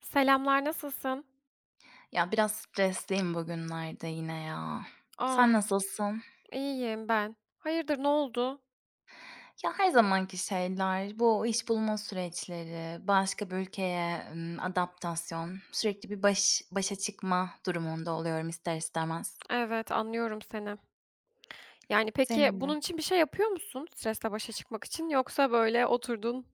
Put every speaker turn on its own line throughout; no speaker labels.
Selamlar, nasılsın?
Biraz stresliyim bugünlerde yine ya. Sen
Aa,
nasılsın?
iyiyim ben. Hayırdır, ne oldu?
Her zamanki şeyler, bu iş bulma süreçleri, başka bir ülkeye, adaptasyon, sürekli bir başa çıkma durumunda oluyorum ister istemez.
Evet, anlıyorum seni. Yani, peki,
Senin de.
bunun için bir şey yapıyor musun stresle başa çıkmak için yoksa böyle oturdun.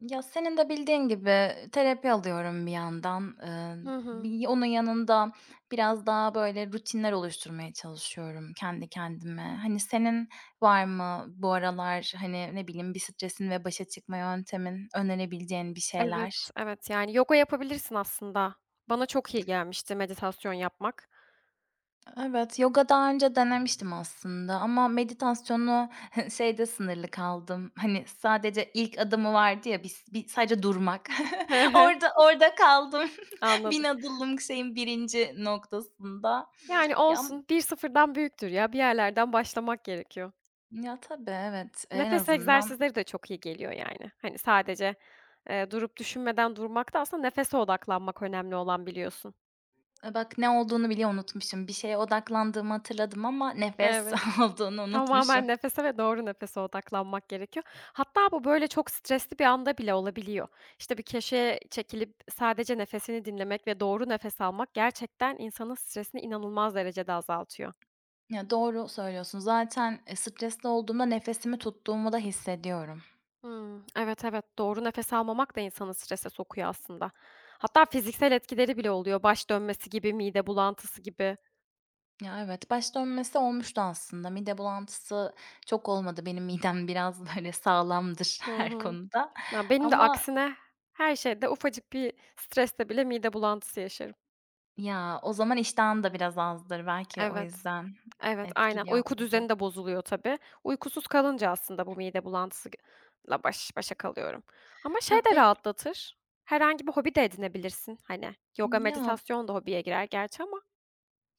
Senin de bildiğin gibi terapi alıyorum bir yandan.
Hı hı.
Bir onun yanında biraz daha, böyle, rutinler oluşturmaya çalışıyorum kendi kendime. Hani, senin var mı bu aralar, hani, ne bileyim, bir stresin ve başa çıkma yöntemin, önerebileceğin bir
Evet,
şeyler?
evet, yani, yoga yapabilirsin aslında. Bana çok iyi gelmişti meditasyon yapmak.
Evet, yoga daha önce denemiştim aslında ama meditasyonu şeyde sınırlı kaldım. Hani, sadece ilk adımı vardı ya bir sadece durmak.
Hı hı,
Orada kaldım. 1000
anladım.
adımlık şeyin birinci noktasında.
Yani,
Ya,
olsun, bir sıfırdan büyüktür ya, bir yerlerden başlamak gerekiyor.
ya, tabii, evet. En
Nefes
azından
egzersizleri de çok iyi geliyor yani. Hani, sadece, durup düşünmeden durmak da aslında nefese odaklanmak önemli olan biliyorsun.
Bak ne olduğunu bile unutmuşum. Bir şeye odaklandığımı hatırladım ama nefes
Evet,
olduğunu unutmuşum.
tamamen nefese ve doğru nefese odaklanmak gerekiyor. Hatta bu, böyle, çok stresli bir anda bile olabiliyor. İşte, bir köşeye çekilip sadece nefesini dinlemek ve doğru nefes almak gerçekten insanın stresini inanılmaz derecede azaltıyor.
Doğru söylüyorsun. Zaten, stresli olduğumda nefesimi tuttuğumu da hissediyorum.
Hımm. Evet, evet, doğru nefes almamak da insanı strese sokuyor aslında. Hatta fiziksel etkileri bile oluyor. Baş dönmesi gibi, mide bulantısı gibi.
Evet, baş dönmesi olmuştu aslında. Mide bulantısı çok olmadı. Benim midem biraz, böyle, sağlamdır
Hı
her
hı.
konuda
Ya, benim de
ama
aksine her şeyde ufacık bir streste bile mide bulantısı yaşarım.
o zaman iştahım da biraz azdır. Belki o
Evet.
yüzden
Evet, aynen.
etkiliyor
Uyku
tabii.
düzeni de bozuluyor tabii. Uykusuz kalınca aslında bu mide bulantısı başa kalıyorum. Ama şey
Ya,
de
pek
rahatlatır, herhangi bir hobi de edinebilirsin. Hani, yoga,
ya
meditasyon da hobiye girer gerçi ama.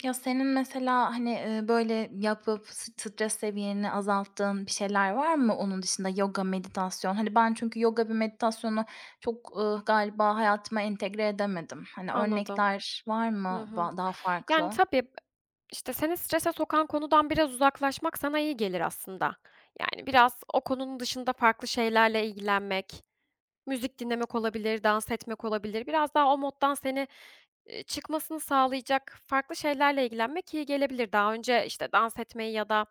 ya, senin mesela, hani, böyle, yapıp stres seviyeni azalttığın bir şeyler var mı onun dışında? Yoga, meditasyon. Hani, ben çünkü yoga bir meditasyonu çok, galiba hayatıma entegre edemedim. Hani,
Anladım.
örnekler var
Hı
mı
hı.
daha
Yani,
farklı?
tabii, işte, seni strese sokan konudan biraz uzaklaşmak sana iyi gelir aslında. Yani, biraz o konunun dışında farklı şeylerle ilgilenmek, müzik dinlemek olabilir, dans etmek olabilir. Biraz daha o moddan seni, çıkmasını sağlayacak farklı şeylerle ilgilenmek iyi gelebilir. Daha önce, işte, dans etmeyi ya da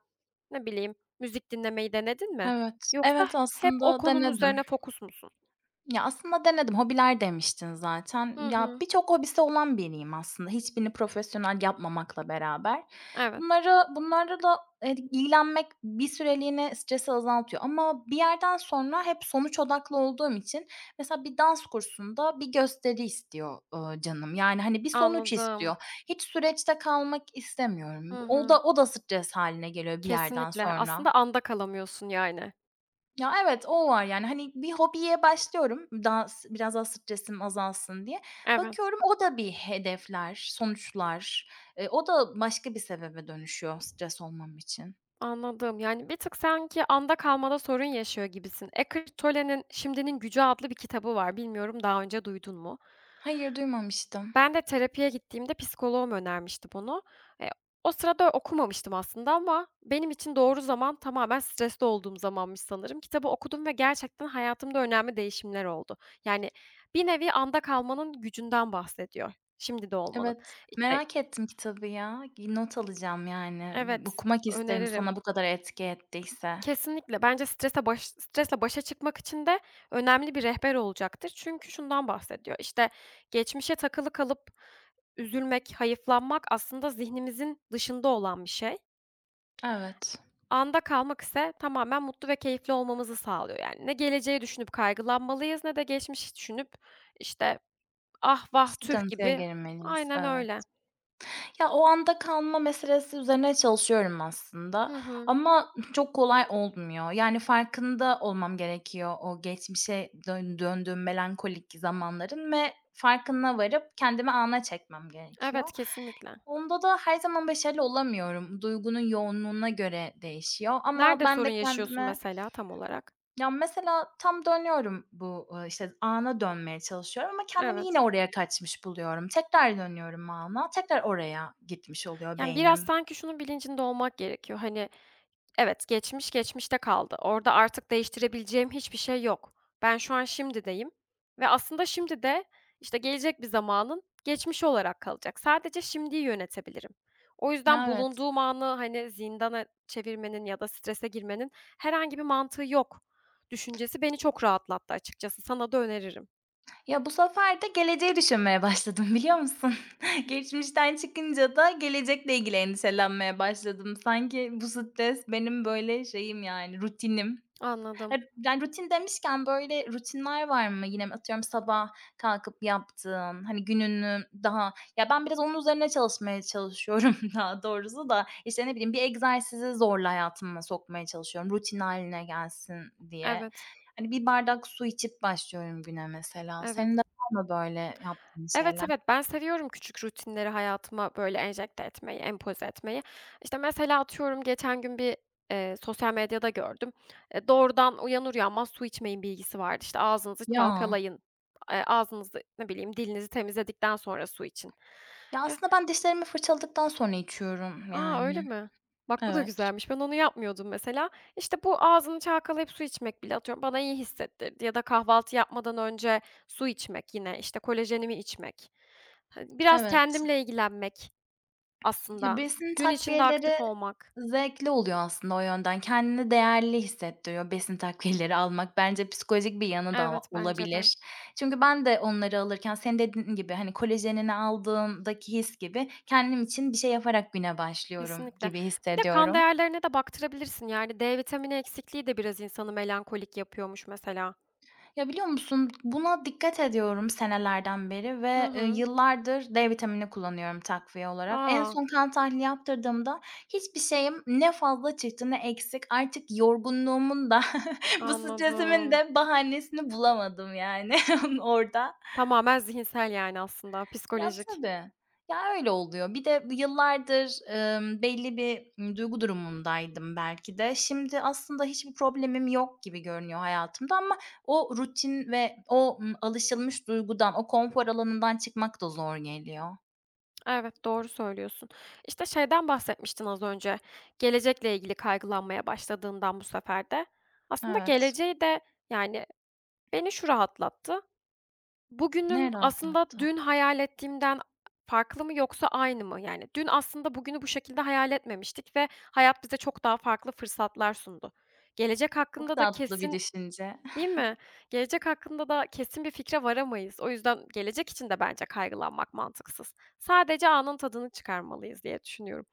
ne bileyim müzik dinlemeyi denedin mi?
Evet,
Yoksa
evet,
hep o
aslında
konunun
denedim.
üzerine fokus musun?
Aslında denedim. Hobiler demiştin zaten.
Hı hı.
Birçok hobisi olan biriyim aslında. Hiçbirini profesyonel yapmamakla beraber.
Evet,
Bunlarla da, ilgilenmek bir süreliğine stresi azaltıyor ama bir yerden sonra hep sonuç odaklı olduğum için mesela bir dans kursunda bir gösteri istiyor, canım. Yani, hani, bir sonuç
anladım.
istiyor. Hiç süreçte kalmak istemiyorum.
Hı
O
hı.
da o da stres haline geliyor bir yerden
Kesinlikle.
sonra.
Aslında anda kalamıyorsun yani.
Evet, o var, yani, hani, bir hobiye başlıyorum daha s biraz daha stresim azalsın diye.
Evet,
Bakıyorum o da bir hedefler, sonuçlar. O da başka bir sebebe dönüşüyor stres olmam için.
anladım. Yani bir tık sanki anda kalmada sorun yaşıyor gibisin. Eckhart Tolle'nin "Şimdinin Gücü" adlı bir kitabı var. Bilmiyorum daha önce duydun mu?
Hayır, duymamıştım.
Ben de terapiye gittiğimde psikoloğum önermişti bunu. Eee, O sırada okumamıştım aslında ama benim için doğru zaman tamamen stresli olduğum zamanmış sanırım. Kitabı okudum ve gerçekten hayatımda önemli değişimler oldu. Yani bir nevi anda kalmanın gücünden bahsediyor, şimdi de olmanın.
Evet,
İşte
merak ettim kitabı ya. Not alacağım, yani.
evet,
Okumak isterim
öneririm.
sana bu kadar etki ettiyse.
Kesinlikle. Bence strese stresle başa çıkmak için de önemli bir rehber olacaktır. Çünkü şundan bahsediyor, İşte geçmişe takılı kalıp üzülmek, hayıflanmak aslında zihnimizin dışında olan bir şey.
Evet,
Anda kalmak ise tamamen mutlu ve keyifli olmamızı sağlıyor. Yani ne geleceği düşünüp kaygılanmalıyız ne de geçmişi düşünüp, işte, "Ah, vah, tüh."
sıkıntıya
gibi.
girmeliyiz.
Aynen
Evet.
öyle.
O anda kalma meselesi üzerine çalışıyorum aslında
Hı hı.
ama çok kolay olmuyor. Yani, farkında olmam gerekiyor o geçmişe döndüğüm melankolik zamanların ve farkına varıp kendimi ana çekmem gerekiyor.
Evet, kesinlikle.
Onda da her zaman başarılı olamıyorum. Duygunun yoğunluğuna göre değişiyor ama
Nerede
ben
sorun
de
yaşıyorsun
kendime.
mesela tam olarak?
Mesela tam dönüyorum bu, işte, ana dönmeye çalışıyorum ama kendimi
Evet.
yine oraya kaçmış buluyorum. Tekrar dönüyorum ana, tekrar oraya gitmiş oluyor
Yani, biraz
beynim.
sanki şunun bilincinde olmak gerekiyor, hani, evet, geçmiş geçmişte kaldı. Orada artık değiştirebileceğim hiçbir şey yok. Ben şu an şimdideyim ve aslında şimdi de, işte, gelecek bir zamanın geçmişi olarak kalacak. Sadece şimdiyi yönetebilirim. O yüzden
Evet.
bulunduğum anı, hani, zindana çevirmenin ya da strese girmenin herhangi bir mantığı yok düşüncesi beni çok rahatlattı açıkçası. Sana da öneririm.
Bu sefer de geleceği düşünmeye başladım, biliyor musun? Geçmişten çıkınca da gelecekle ilgili endişelenmeye başladım. Sanki bu stres benim, böyle, şeyim, yani, rutinim.
Anladım.
Hep yani rutin demişken, böyle, rutinler var mı? Yine atıyorum sabah kalkıp yaptığın, hani, gününü daha. Ben biraz onun üzerine çalışmaya çalışıyorum daha doğrusu da, işte, ne bileyim, bir egzersizi zorla hayatıma sokmaya çalışıyorum rutin haline gelsin diye.
Evet,
Hani, bir bardak su içip başlıyorum güne mesela. Senin de
evet.
var mı böyle yaptığın
Evet,
şeyler?
evet, ben seviyorum küçük rutinleri hayatıma böyle enjekte etmeyi, empoze etmeyi. İşte, mesela atıyorum geçen gün bir, sosyal medyada gördüm. Doğrudan uyanır uyanmaz su içmeyin bilgisi vardı. İşte, ağzınızı
Ya.
çalkalayın, ağzınızı, ne bileyim, dilinizi temizledikten sonra su için. Ya,
Aslında ben dişlerimi fırçaladıktan sonra içiyorum
a,
yani.
öyle mi? Bak bu da
Evet.
güzelmiş. Ben onu yapmıyordum mesela. İşte, bu ağzını çalkalayıp su içmek bile atıyorum bana iyi hissettirdi ya da kahvaltı yapmadan önce su içmek yine, işte, kolajenimi içmek. Hani, biraz
Evet.
kendimle ilgilenmek aslında.
Besin
Gün içinde
takviyeleri
aktif olmak.
zevkli oluyor aslında o yönden. Kendini değerli hissettiriyor besin takviyeleri almak. Bence psikolojik bir yanı da
Evet, bence de.
olabilir. Çünkü ben de onları alırken senin dediğin gibi, hani, kolajenini aldığımdaki his gibi kendim için bir şey yaparak güne başlıyorum
Kesinlikle.
gibi
Bir de kan
hissediyorum.
değerlerine de baktırabilirsin. Yani D vitamini eksikliği de biraz insanı melankolik yapıyormuş mesela.
Biliyor musun, buna dikkat ediyorum senelerden beri
Hı
ve,
hı.
yıllardır D vitamini kullanıyorum takviye olarak. En
A!
son kan tahlili yaptırdığımda hiçbir şeyim ne fazla çıktı ne eksik. Artık yorgunluğumun da bu stresimin
Anladım.
de bahanesini bulamadım yani orada.
Tamamen zihinsel yani aslında, psikolojik.
Tabii. Öyle oluyor. Bir de yıllardır, belli bir, duygu durumundaydım belki de. Şimdi aslında hiçbir problemim yok gibi görünüyor hayatımda ama o rutin ve o, alışılmış duygudan, o konfor alanından çıkmak da zor geliyor.
Evet, doğru söylüyorsun. İşte, şeyden bahsetmiştin az önce, gelecekle ilgili kaygılanmaya başladığından bu sefer de. Aslında
Evet.
geleceği de, yani, beni şu rahatlattı. Bugünüm
Ne
aslında
rahatlattı.
dün hayal ettiğimden farklı mı yoksa aynı mı? Yani, dün aslında bugünü bu şekilde hayal etmemiştik ve hayat bize çok daha farklı fırsatlar sundu. Gelecek
Çok
hakkında da
tatlı bir
kesin.
düşünce.
Değil mi? Gelecek hakkında da kesin bir fikre varamayız. O yüzden gelecek için de bence kaygılanmak mantıksız. Sadece anın tadını çıkarmalıyız diye düşünüyorum.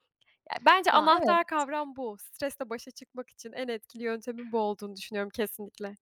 Ya, bence
Ya, evet.
anahtar kavram bu. Stresle başa çıkmak için en etkili yöntemin bu olduğunu düşünüyorum kesinlikle.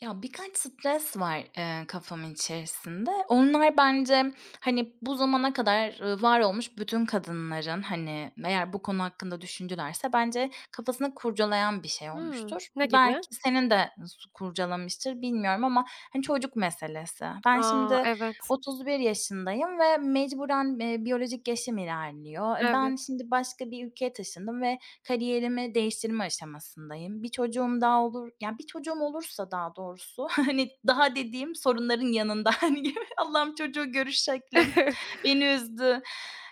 Birkaç stres var, kafamın içerisinde. Onlar bence, hani, bu zamana kadar, var olmuş bütün kadınların, hani, eğer bu konu hakkında düşündülerse bence kafasını kurcalayan bir şey
Hımm.
olmuştur.
Ne
Belki
gibi?
senin de su kurcalamıştır bilmiyorum ama, hani, çocuk meselesi. Ben
Aa
şimdi
evet,
31 yaşındayım ve mecburen, biyolojik yaşım ilerliyor. E, ben
evet.
şimdi başka bir ülkeye taşındım ve kariyerimi değiştirme aşamasındayım. Bir çocuğum olursa daha doğrusu, hani, daha dediğim sorunların yanında, hani, gibi Allah'ım çocuğu görüş şeklim beni üzdü.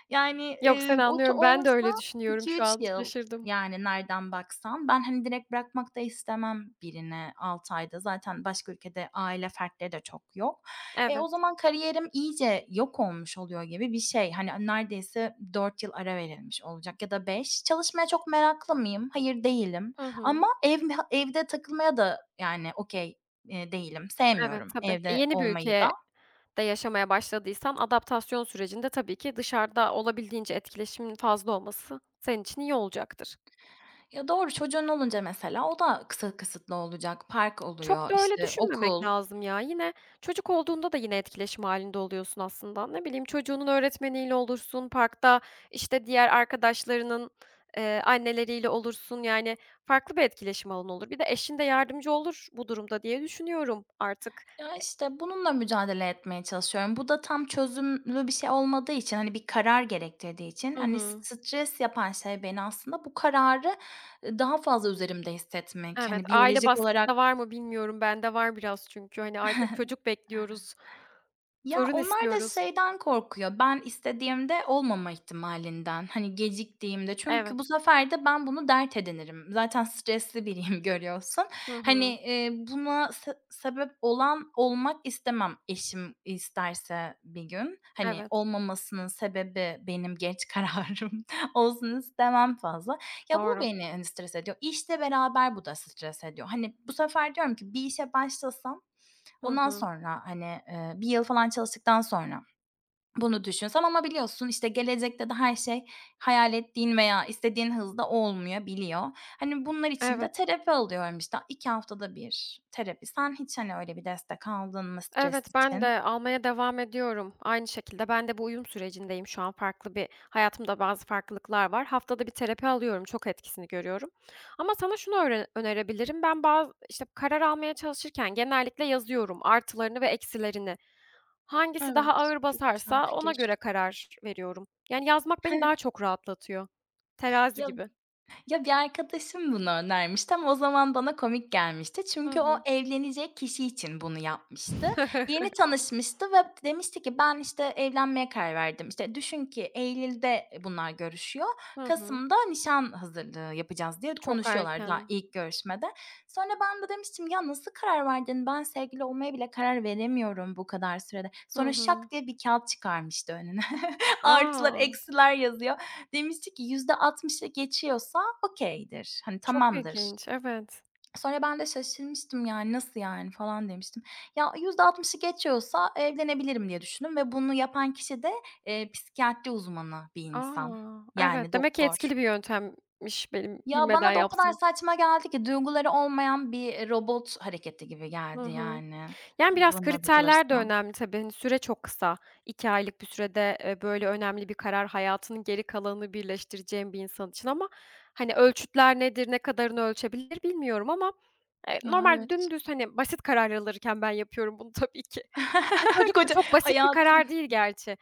Yani,
Yok, seni
o
anlıyorum. Ben de
olursa
öyle düşünüyorum
iki
şu
üç
an.
yıl,
Şaşırdım.
yani, nereden baksan. Ben, hani, direkt bırakmak da istemem birini 6 ayda. Zaten başka ülkede aile fertleri de çok yok. E, o
Evet.
zaman kariyerim iyice yok olmuş oluyor gibi bir şey. Hani neredeyse 4 yıl ara verilmiş olacak ya da 5. Çalışmaya çok meraklı mıyım? Hayır değilim.
Hı hı.
Ama evde takılmaya da yani okey değilim.
Evet,
Sevmiyorum
tabii. E,
evde
yeni bir
olmayı
ülkeye
da.
de yaşamaya başladıysan adaptasyon sürecinde tabii ki dışarıda olabildiğince etkileşimin fazla olması senin için iyi olacaktır.
Doğru çocuğun olunca mesela o da kısıtlı olacak. Park
Çok
oluyor,
da öyle
işte
düşünmemek
okul.
lazım ya. Yine çocuk olduğunda da yine etkileşim halinde oluyorsun aslında. Ne bileyim, çocuğunun öğretmeniyle olursun, parkta, işte, diğer arkadaşlarının, anneleriyle olursun. Yani farklı bir etkileşim alanı olur. Bir de eşin de yardımcı olur bu durumda diye düşünüyorum artık.
İşte, bununla mücadele etmeye çalışıyorum. Bu da tam çözümlü bir şey olmadığı için, hani, bir karar gerektirdiği için,
Hı
hani,
hı.
stres yapan şey beni aslında bu kararı, daha fazla üzerimde hissetmek.
Evet,
Hani,
aile
biyolojik
baskısı da
olarak.
var mı bilmiyorum. Bende var biraz çünkü. Hani, artık çocuk bekliyoruz, torun
Onlar da
istiyoruz.
şeyden korkuyor, ben istediğimde olmama ihtimalinden, hani, geciktiğimde. Çünkü bu
Evet.
sefer de ben bunu dert edinirim. Zaten stresli biriyim görüyorsun.
Hı
Hani,
hı.
buna sebep olan olmak istemem eşim isterse bir gün. Hani,
Evet,
olmamasının sebebi benim geç kararım olsun istemem fazla. Bu
doğru.
beni, hani, stres ediyor. İşle beraber bu da stres ediyor. Hani, bu sefer diyorum ki bir işe başlasam.
Hı
Ondan
hı.
sonra, hani, 1 yıl falan çalıştıktan sonra bunu düşünsem ama biliyorsun, işte, gelecekte de her şey hayal ettiğin veya istediğin hızda olmayabiliyor. Hani, bunlar için
Evet.
de terapi alıyorum, işte, 2 haftada 1 terapi. Sen hiç, hani, öyle bir destek aldın mı stres
Evet, ben
için?
de almaya devam ediyorum. Aynı şekilde ben de bu uyum sürecindeyim şu an. Farklı bir hayatımda bazı farklılıklar var. Haftada bir terapi alıyorum. Çok etkisini görüyorum. Ama sana şunu önerebilirim. Ben bazı işte, karar almaya çalışırken genellikle yazıyorum artılarını ve eksilerini. Hangisi
Evet,
daha ağır
çok güzel
basarsa ona
fikir.
göre karar veriyorum. Yani yazmak beni daha çok rahatlatıyor. Terazi
Ya
gibi.
Ya, bir arkadaşım bunu önermişti ama o zaman bana komik gelmişti.
Hı
Çünkü o
hı.
evlenecek kişi için bunu yapmıştı. Yeni tanışmıştı ve demişti ki, "Ben, işte, evlenmeye karar verdim." İşte, düşün ki eylülde, bunlar görüşüyor.
Hı hı.
Kasım'da nişan hazırlığı yapacağız diye
Çok
konuşuyorlar daha
erken.
ilk görüşmede. Sonra ben de demiştim, "Ya, nasıl karar verdin? Ben sevgili olmaya bile karar veremiyorum bu kadar sürede."
Hı
Sonra şak
hı.
diye bir kağıt çıkarmıştı önüne. Artılar,
A!
eksiler yazıyor. Demişti ki %60'ı geçiyorsa okay'dir, hani,
Çok
tamamdır.
ilginç, evet.
Sonra ben de şaşırmıştım, yani, "Nasıl yani?" falan demiştim. Ya, %60'ı geçiyorsa evlenebilirim diye düşündüm ve bunu yapan kişi de, psikiyatri uzmanı bir insan,
A!
yani,
Evet, demek ki
doktor.
etkili bir yöntemmiş benim bilmeden
Bana da o kadar
yaptığım.
saçma geldi ki duyguları olmayan bir robot hareketi gibi
Hı
geldi,
hı.
yani,
Yani, biraz
bana da
kriterler de
kalırsa.
önemli tabii. Hani, süre çok kısa. 2 aylık bir sürede, böyle önemli bir karar hayatının geri kalanını birleştireceğim bir insan için ama, hani, ölçütler nedir, ne kadarını ölçebilir bilmiyorum ama,
Ya,
normal
evet.
dümdüz, hani, basit kararlar alırken ben yapıyorum bunu tabii ki. Ve çocuk da
Koca
çok basit bir
hayatım.
karar değil gerçi.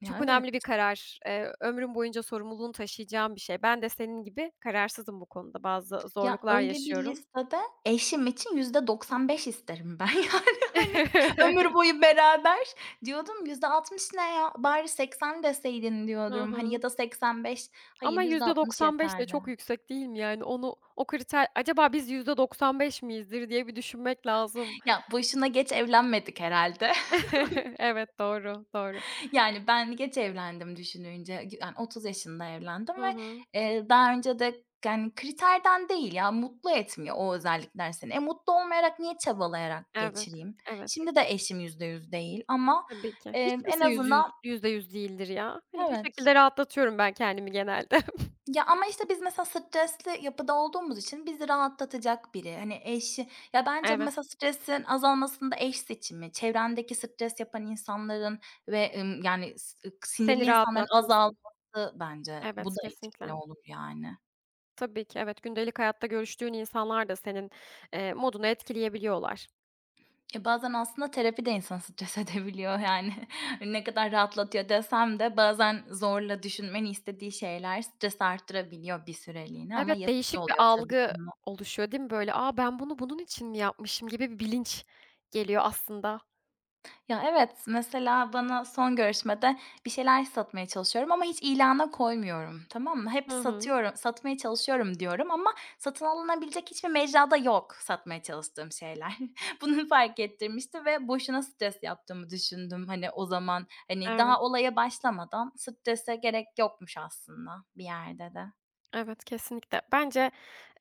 Ya,
Çok
evet.
önemli bir karar. Ömrüm boyunca sorumluluğunu taşıyacağım bir şey. Ben de senin gibi kararsızım bu konuda. Bazı zorluklar
Öyle bir
yaşıyorum.
listede eşim için %95 isterim ben yani, hani, ömür boyu beraber. Diyordum %60 ne ya, bari 80 deseydin
Hı
diyorum, hani, ya
hı.
da 85. Hayır,
Ama
%60
%95 de
yeterli.
çok yüksek değil mi? Yani onu o kriter acaba biz %95 miyizdir diye bir düşünmek lazım.
Boşuna geç evlenmedik herhalde.
Evet, doğru, doğru.
Yani, ben geç evlendim düşününce, yani, 30 yaşında evlendim
Hı
ve,
hı.
daha önce de, yani, kriterden değil ya, mutlu etmiyor o özellikler seni. E, mutlu olmayarak niye çabalayarak
Evet,
geçireyim?
evet.
Şimdi de eşim %100 değil ama,
Tabii ki. Hiç
en
kimse
azından.
%100 değildir ya. Hani, bu
Evet.
şekilde rahatlatıyorum ben kendimi genelde.
Ama, işte, biz mesela stresli yapıda olduğumuz için bizi rahatlatacak biri, hani, eşi. Bence
Evet.
mesela stresin azalmasında eş seçimi, çevrendeki stres yapan insanların ve, yani, sinirli
Seni
insanların
rahatlatması.
azalması bence bu
Evet,
da etkili
kesinlikle.
olur, yani.
Tabii ki, evet. Gündelik hayatta görüştüğün insanlar da senin, modunu etkileyebiliyorlar.
Bazen aslında terapi de insanı stres edebiliyor, yani. Ne kadar rahatlatıyor desem de bazen zorla düşünmeni istediği şeyler stres arttırabiliyor bir süreliğine ama
Evet,
yapıcı
değişik bir
oluyor tabii.
algı oluşuyor değil mi böyle? Aa, ben bunun için mi yapmışım?" gibi bir bilinç geliyor aslında.
Evet, mesela bana son görüşmede bir şeyler satmaya çalışıyorum ama hiç ilana koymuyorum, tamam mı? Hep
Hı hı.
satıyorum, satmaya çalışıyorum diyorum ama satın alınabilecek hiçbir mecrada yok satmaya çalıştığım şeyler. Bunu fark ettirmişti ve boşuna stres yaptığımı düşündüm, hani, o zaman. Hani,
Evet,
daha olaya başlamadan strese gerek yokmuş aslında bir yerde de.
evet, kesinlikle. Bence,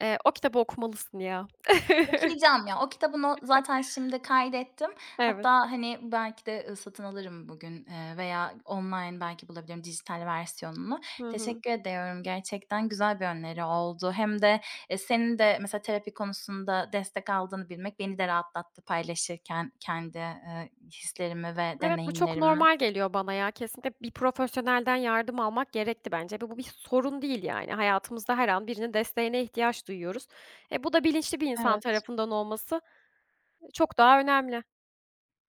o kitabı okumalısın ya.
Okuyacağım ya. O kitabını zaten şimdi kaydettim.
Evet.
Hatta, hani, belki de, satın alırım bugün, veya online belki bulabilirim dijital versiyonunu.
Hı hı.
Teşekkür ediyorum. Gerçekten güzel bir öneri oldu. Hem de, senin de mesela terapi konusunda destek aldığını bilmek beni de rahatlattı paylaşırken kendi, hislerimi ve
Evet, bu çok
deneyimlerimi.
normal geliyor bana ya. Kesinlikle bir profesyonelden yardım almak gerekti bence ve bu bir sorun değil yani. Hayatımızda her an birinin desteğine ihtiyaç duyuyoruz. E, bu da bilinçli bir insan
Evet.
tarafından olması çok daha önemli,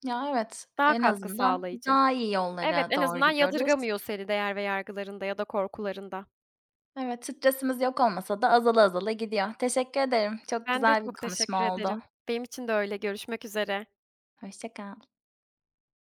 Ya, evet.
daha
En
katkı
azından
sağlayıcı.
daha iyi
Evet,
yollara
en
doğru
azından
gidiyoruz.
yadırgamıyor seni değer ve yargılarında ya da korkularında.
Evet, stresimiz yok olmasa da azala azala gidiyor. Teşekkür ederim. Çok
Ben de
güzel bir
çok teşekkür
konuşma oldu.
ederim. Benim için de öyle. Görüşmek üzere.
Hoşça kal.